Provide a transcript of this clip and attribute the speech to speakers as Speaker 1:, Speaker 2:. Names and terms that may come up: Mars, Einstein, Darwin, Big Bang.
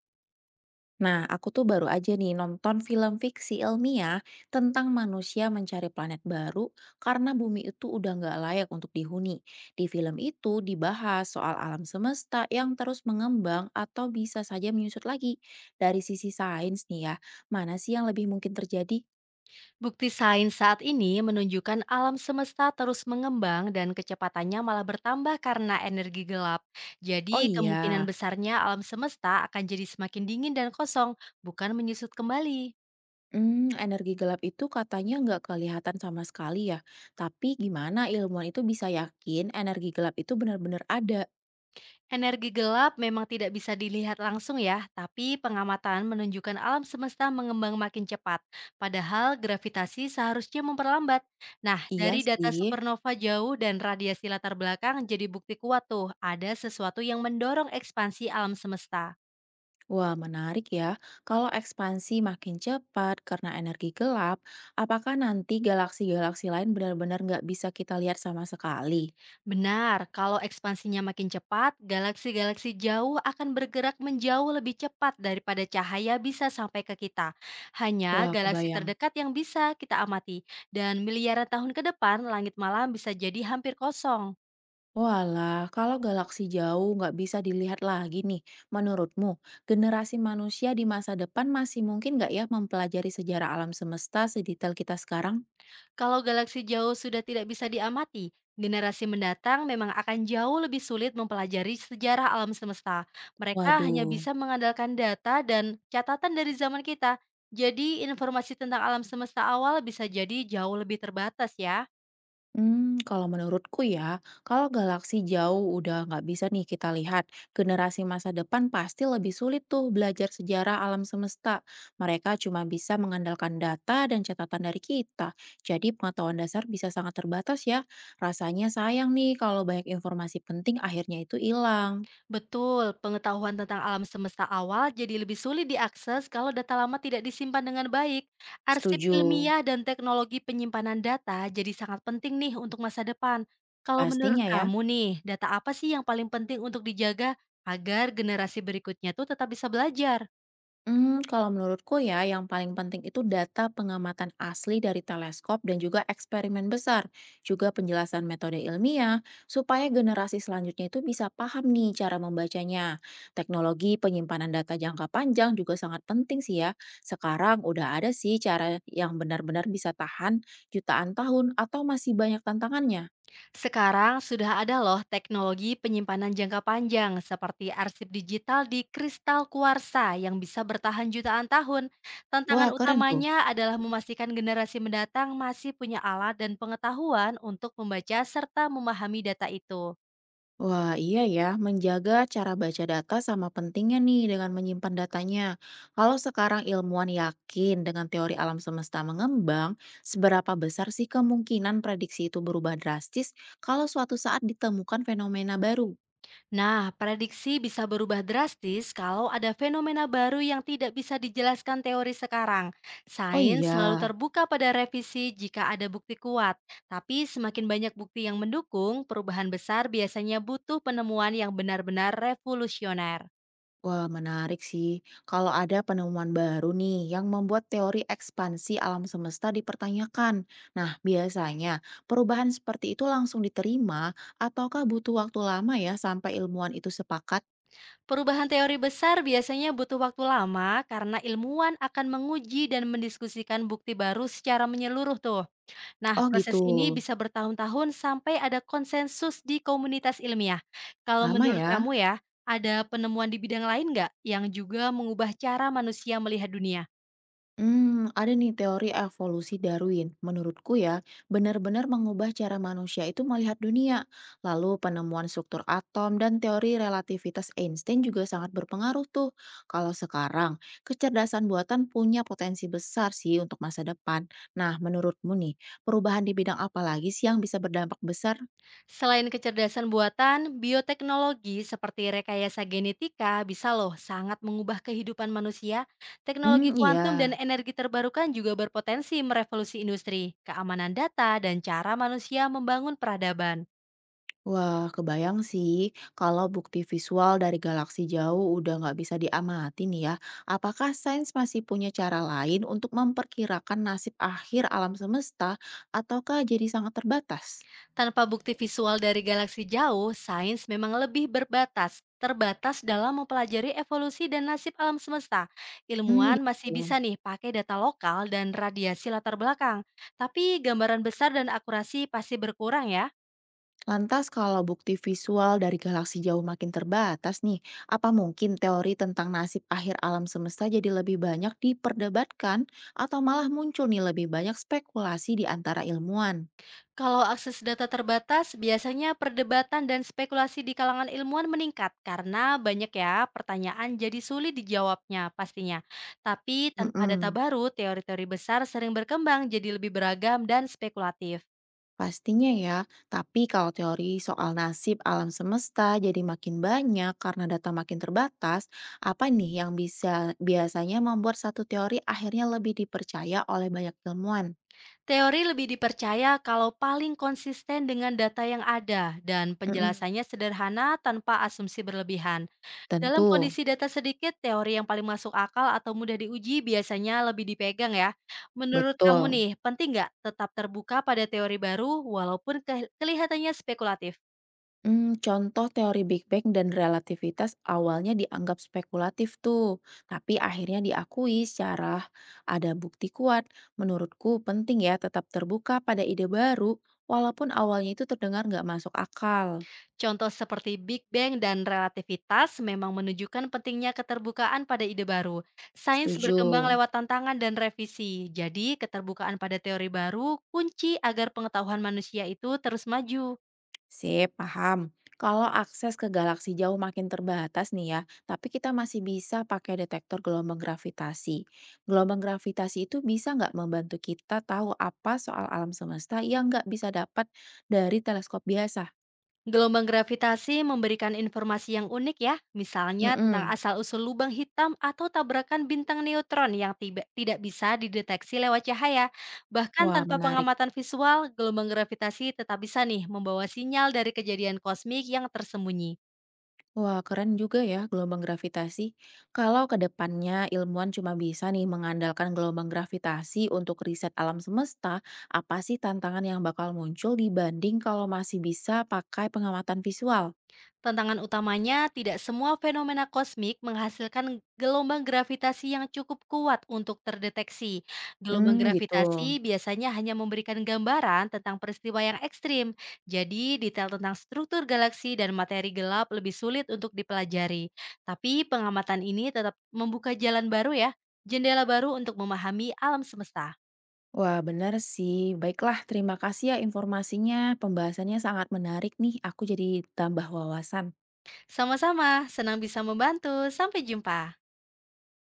Speaker 1: Nah, aku tuh baru aja nih nonton film fiksi ilmiah tentang manusia mencari planet baru karena bumi itu udah nggak layak untuk dihuni. Di film itu dibahas soal alam semesta yang terus mengembang atau bisa saja menyusut lagi. Dari sisi sains nih ya, mana sih yang lebih mungkin terjadi?
Speaker 2: Bukti sains saat ini menunjukkan alam semesta terus mengembang dan kecepatannya malah bertambah karena energi gelap.
Speaker 1: Oh
Speaker 2: Jadi, kemungkinan
Speaker 1: iya,
Speaker 2: besarnya alam semesta akan jadi semakin dingin dan kosong, bukan menyusut kembali.
Speaker 1: energi gelap itu katanya nggak kelihatan sama sekali ya. Tapi gimana ilmuwan itu bisa yakin energi gelap itu benar-benar ada?
Speaker 2: Energi gelap memang tidak bisa dilihat langsung ya, tapi pengamatan menunjukkan alam semesta mengembang makin cepat. Padahal gravitasi seharusnya memperlambat. Nah,
Speaker 1: Iya
Speaker 2: dari data
Speaker 1: sih.
Speaker 2: supernova jauh dan radiasi latar belakang jadi bukti kuat tuh, ada sesuatu yang mendorong ekspansi alam semesta.
Speaker 1: Wah, menarik ya. Kalau ekspansi makin cepat karena energi gelap, apakah nanti galaksi-galaksi lain benar-benar nggak bisa kita lihat sama sekali?
Speaker 2: Benar, kalau ekspansinya makin cepat, galaksi-galaksi jauh akan bergerak menjauh lebih cepat daripada cahaya bisa sampai ke kita. Hanya
Speaker 1: Wah,
Speaker 2: galaksi
Speaker 1: kebayang.
Speaker 2: terdekat yang bisa kita amati, dan miliaran tahun ke depan, langit malam bisa jadi hampir kosong.
Speaker 1: Walah, kalau galaksi jauh nggak bisa dilihat lagi nih, menurutmu generasi manusia di masa depan masih mungkin nggak ya mempelajari sejarah alam semesta sedetail kita sekarang?
Speaker 2: Kalau galaksi jauh sudah tidak bisa diamati, generasi mendatang memang akan jauh lebih sulit mempelajari sejarah alam semesta. Mereka hanya
Speaker 1: Waduh.
Speaker 2: bisa mengandalkan data dan catatan dari zaman kita. Jadi, informasi tentang alam semesta awal bisa jadi jauh lebih terbatas ya.
Speaker 1: Kalau menurutku ya, kalau galaksi jauh udah nggak bisa nih kita lihat, generasi masa depan pasti lebih sulit tuh belajar sejarah alam semesta. Mereka cuma bisa mengandalkan data dan catatan dari kita. Jadi pengetahuan dasar bisa sangat terbatas ya. Rasanya sayang nih kalau banyak informasi penting akhirnya itu hilang.
Speaker 2: Betul, pengetahuan tentang alam semesta awal jadi lebih sulit diakses kalau data lama tidak disimpan dengan baik. Arsip
Speaker 1: Setuju.
Speaker 2: ilmiah dan teknologi penyimpanan data jadi sangat penting nih untuk masa depan. Kalau menurut
Speaker 1: Pastinya ya.
Speaker 2: kamu nih, data apa sih yang paling penting untuk dijaga agar generasi berikutnya tuh tetap bisa belajar?
Speaker 1: Kalau menurutku ya, yang paling penting itu data pengamatan asli dari teleskop dan juga eksperimen besar, juga penjelasan metode ilmiah, supaya generasi selanjutnya itu bisa paham nih cara membacanya. Teknologi penyimpanan data jangka panjang juga sangat penting sih ya. Sekarang udah ada sih cara yang benar-benar bisa tahan jutaan tahun atau masih banyak tantangannya.
Speaker 2: Sekarang sudah ada loh teknologi penyimpanan jangka panjang seperti arsip digital di kristal kuarsa yang bisa bertahan jutaan tahun.
Speaker 1: Wah,
Speaker 2: Tantangan
Speaker 1: keren tuh.
Speaker 2: utamanya adalah memastikan generasi mendatang masih punya alat dan pengetahuan untuk membaca serta memahami data itu.
Speaker 1: Wah, iya ya, menjaga cara baca data sama pentingnya nih dengan menyimpan datanya. Kalau sekarang ilmuwan yakin dengan teori alam semesta mengembang, seberapa besar sih kemungkinan prediksi itu berubah drastis kalau suatu saat ditemukan fenomena baru?
Speaker 2: Nah, prediksi bisa berubah drastis kalau ada fenomena baru yang tidak bisa dijelaskan teori sekarang.
Speaker 1: Oh
Speaker 2: Sains selalu
Speaker 1: iya.
Speaker 2: terbuka pada revisi jika ada bukti kuat, tapi semakin banyak bukti yang mendukung, perubahan besar biasanya butuh penemuan yang benar-benar revolusioner.
Speaker 1: Wah, menarik sih. Kalau ada penemuan baru nih yang membuat teori ekspansi alam semesta dipertanyakan. Nah, biasanya perubahan seperti itu langsung diterima ataukah butuh waktu lama ya sampai ilmuwan itu sepakat?
Speaker 2: Perubahan teori besar biasanya butuh waktu lama karena ilmuwan akan menguji dan mendiskusikan bukti baru secara menyeluruh tuh. Nah,
Speaker 1: Oh gitu,
Speaker 2: proses ini bisa bertahun-tahun sampai ada konsensus di komunitas ilmiah. Kalau
Speaker 1: lama
Speaker 2: menurut
Speaker 1: ya?
Speaker 2: kamu ya, ada penemuan di bidang lain nggak yang juga mengubah cara manusia melihat dunia?
Speaker 1: Ada nih teori evolusi Darwin. Menurutku ya, benar-benar mengubah cara manusia itu melihat dunia. Lalu penemuan struktur atom dan teori relativitas Einstein juga sangat berpengaruh tuh. Kalau sekarang, kecerdasan buatan punya potensi besar sih untuk masa depan. Nah, menurutmu nih, perubahan di bidang apa lagi sih yang bisa berdampak besar?
Speaker 2: Selain kecerdasan buatan, bioteknologi seperti rekayasa genetika bisa loh sangat mengubah kehidupan manusia. Teknologi
Speaker 1: Hmm,
Speaker 2: kuantum dan
Speaker 1: iya.
Speaker 2: energi terbarukan juga berpotensi merevolusi industri, keamanan data, dan cara manusia membangun peradaban.
Speaker 1: Wah, kebayang sih kalau bukti visual dari galaksi jauh udah nggak bisa diamati nih ya. Apakah sains masih punya cara lain untuk memperkirakan nasib akhir alam semesta ataukah jadi sangat terbatas?
Speaker 2: Tanpa bukti visual dari galaksi jauh, sains memang lebih berbatas, terbatas dalam mempelajari evolusi dan nasib alam semesta.
Speaker 1: Hmm,
Speaker 2: Ilmuwan masih bisa
Speaker 1: gitu.
Speaker 2: nih pakai data lokal dan radiasi latar belakang, tapi gambaran besar dan akurasi pasti berkurang ya.
Speaker 1: Lantas kalau bukti visual dari galaksi jauh makin terbatas nih, apa mungkin teori tentang nasib akhir alam semesta jadi lebih banyak diperdebatkan atau malah muncul nih lebih banyak spekulasi di antara ilmuwan?
Speaker 2: Kalau akses data terbatas, biasanya perdebatan dan spekulasi di kalangan ilmuwan meningkat karena banyak ya pertanyaan jadi sulit dijawabnya pastinya. Tapi tanpa data
Speaker 1: Mm.
Speaker 2: baru, teori-teori besar sering berkembang jadi lebih beragam dan spekulatif.
Speaker 1: Pastinya ya, tapi kalau teori soal nasib alam semesta jadi makin banyak karena data makin terbatas, apa nih yang bisa biasanya membuat satu teori akhirnya lebih dipercaya oleh banyak ilmuwan?
Speaker 2: Teori lebih dipercaya kalau paling konsisten dengan data yang ada dan
Speaker 1: Mm-mm.
Speaker 2: penjelasannya sederhana tanpa asumsi berlebihan. Dalam
Speaker 1: Tentu,
Speaker 2: kondisi data sedikit, teori yang paling masuk akal atau mudah diuji biasanya lebih dipegang ya. Menurut kamu
Speaker 1: betul.
Speaker 2: nih, penting nggak tetap terbuka pada teori baru walaupun kelihatannya spekulatif?
Speaker 1: Contoh teori Big Bang dan relativitas awalnya dianggap spekulatif tuh, tapi akhirnya diakui secara ada bukti kuat. Menurutku penting ya tetap terbuka pada ide baru, walaupun awalnya itu terdengar nggak masuk akal.
Speaker 2: Contoh seperti Big Bang dan relativitas memang menunjukkan pentingnya keterbukaan pada ide baru. Sains
Speaker 1: Setuju.
Speaker 2: berkembang lewat tantangan dan revisi. Jadi, keterbukaan pada teori baru kunci agar pengetahuan manusia itu terus maju.
Speaker 1: Sip, paham. Kalau akses ke galaksi jauh makin terbatas nih ya, tapi kita masih bisa pakai detektor gelombang gravitasi. Gelombang gravitasi itu bisa nggak membantu kita tahu apa soal alam semesta yang nggak bisa dapat dari teleskop biasa?
Speaker 2: Gelombang gravitasi memberikan informasi yang unik ya, misalnya tentang
Speaker 1: Mm-mm.
Speaker 2: asal-usul lubang hitam atau tabrakan bintang neutron yang tidak bisa dideteksi lewat cahaya. Bahkan
Speaker 1: Wah,
Speaker 2: tanpa
Speaker 1: menarik.
Speaker 2: pengamatan visual, gelombang gravitasi tetap bisa nih membawa sinyal dari kejadian kosmik yang tersembunyi.
Speaker 1: Wah, keren juga ya gelombang gravitasi. Kalau ke depannya ilmuwan cuma bisa nih mengandalkan gelombang gravitasi untuk riset alam semesta, apa sih tantangan yang bakal muncul dibanding kalau masih bisa pakai pengamatan visual?
Speaker 2: Tantangan utamanya, tidak semua fenomena kosmik menghasilkan gelombang gravitasi yang cukup kuat untuk terdeteksi. Gelombang
Speaker 1: Hmm, gitu.
Speaker 2: gravitasi biasanya hanya memberikan gambaran tentang peristiwa yang ekstrim, jadi detail tentang struktur galaksi dan materi gelap lebih sulit untuk dipelajari. Tapi pengamatan ini tetap membuka jalan baru ya, jendela baru untuk memahami alam semesta.
Speaker 1: Wah, benar sih. Baiklah, terima kasih ya informasinya. Pembahasannya sangat menarik nih. Aku jadi tambah wawasan.
Speaker 2: Sama-sama, senang bisa membantu. Sampai jumpa.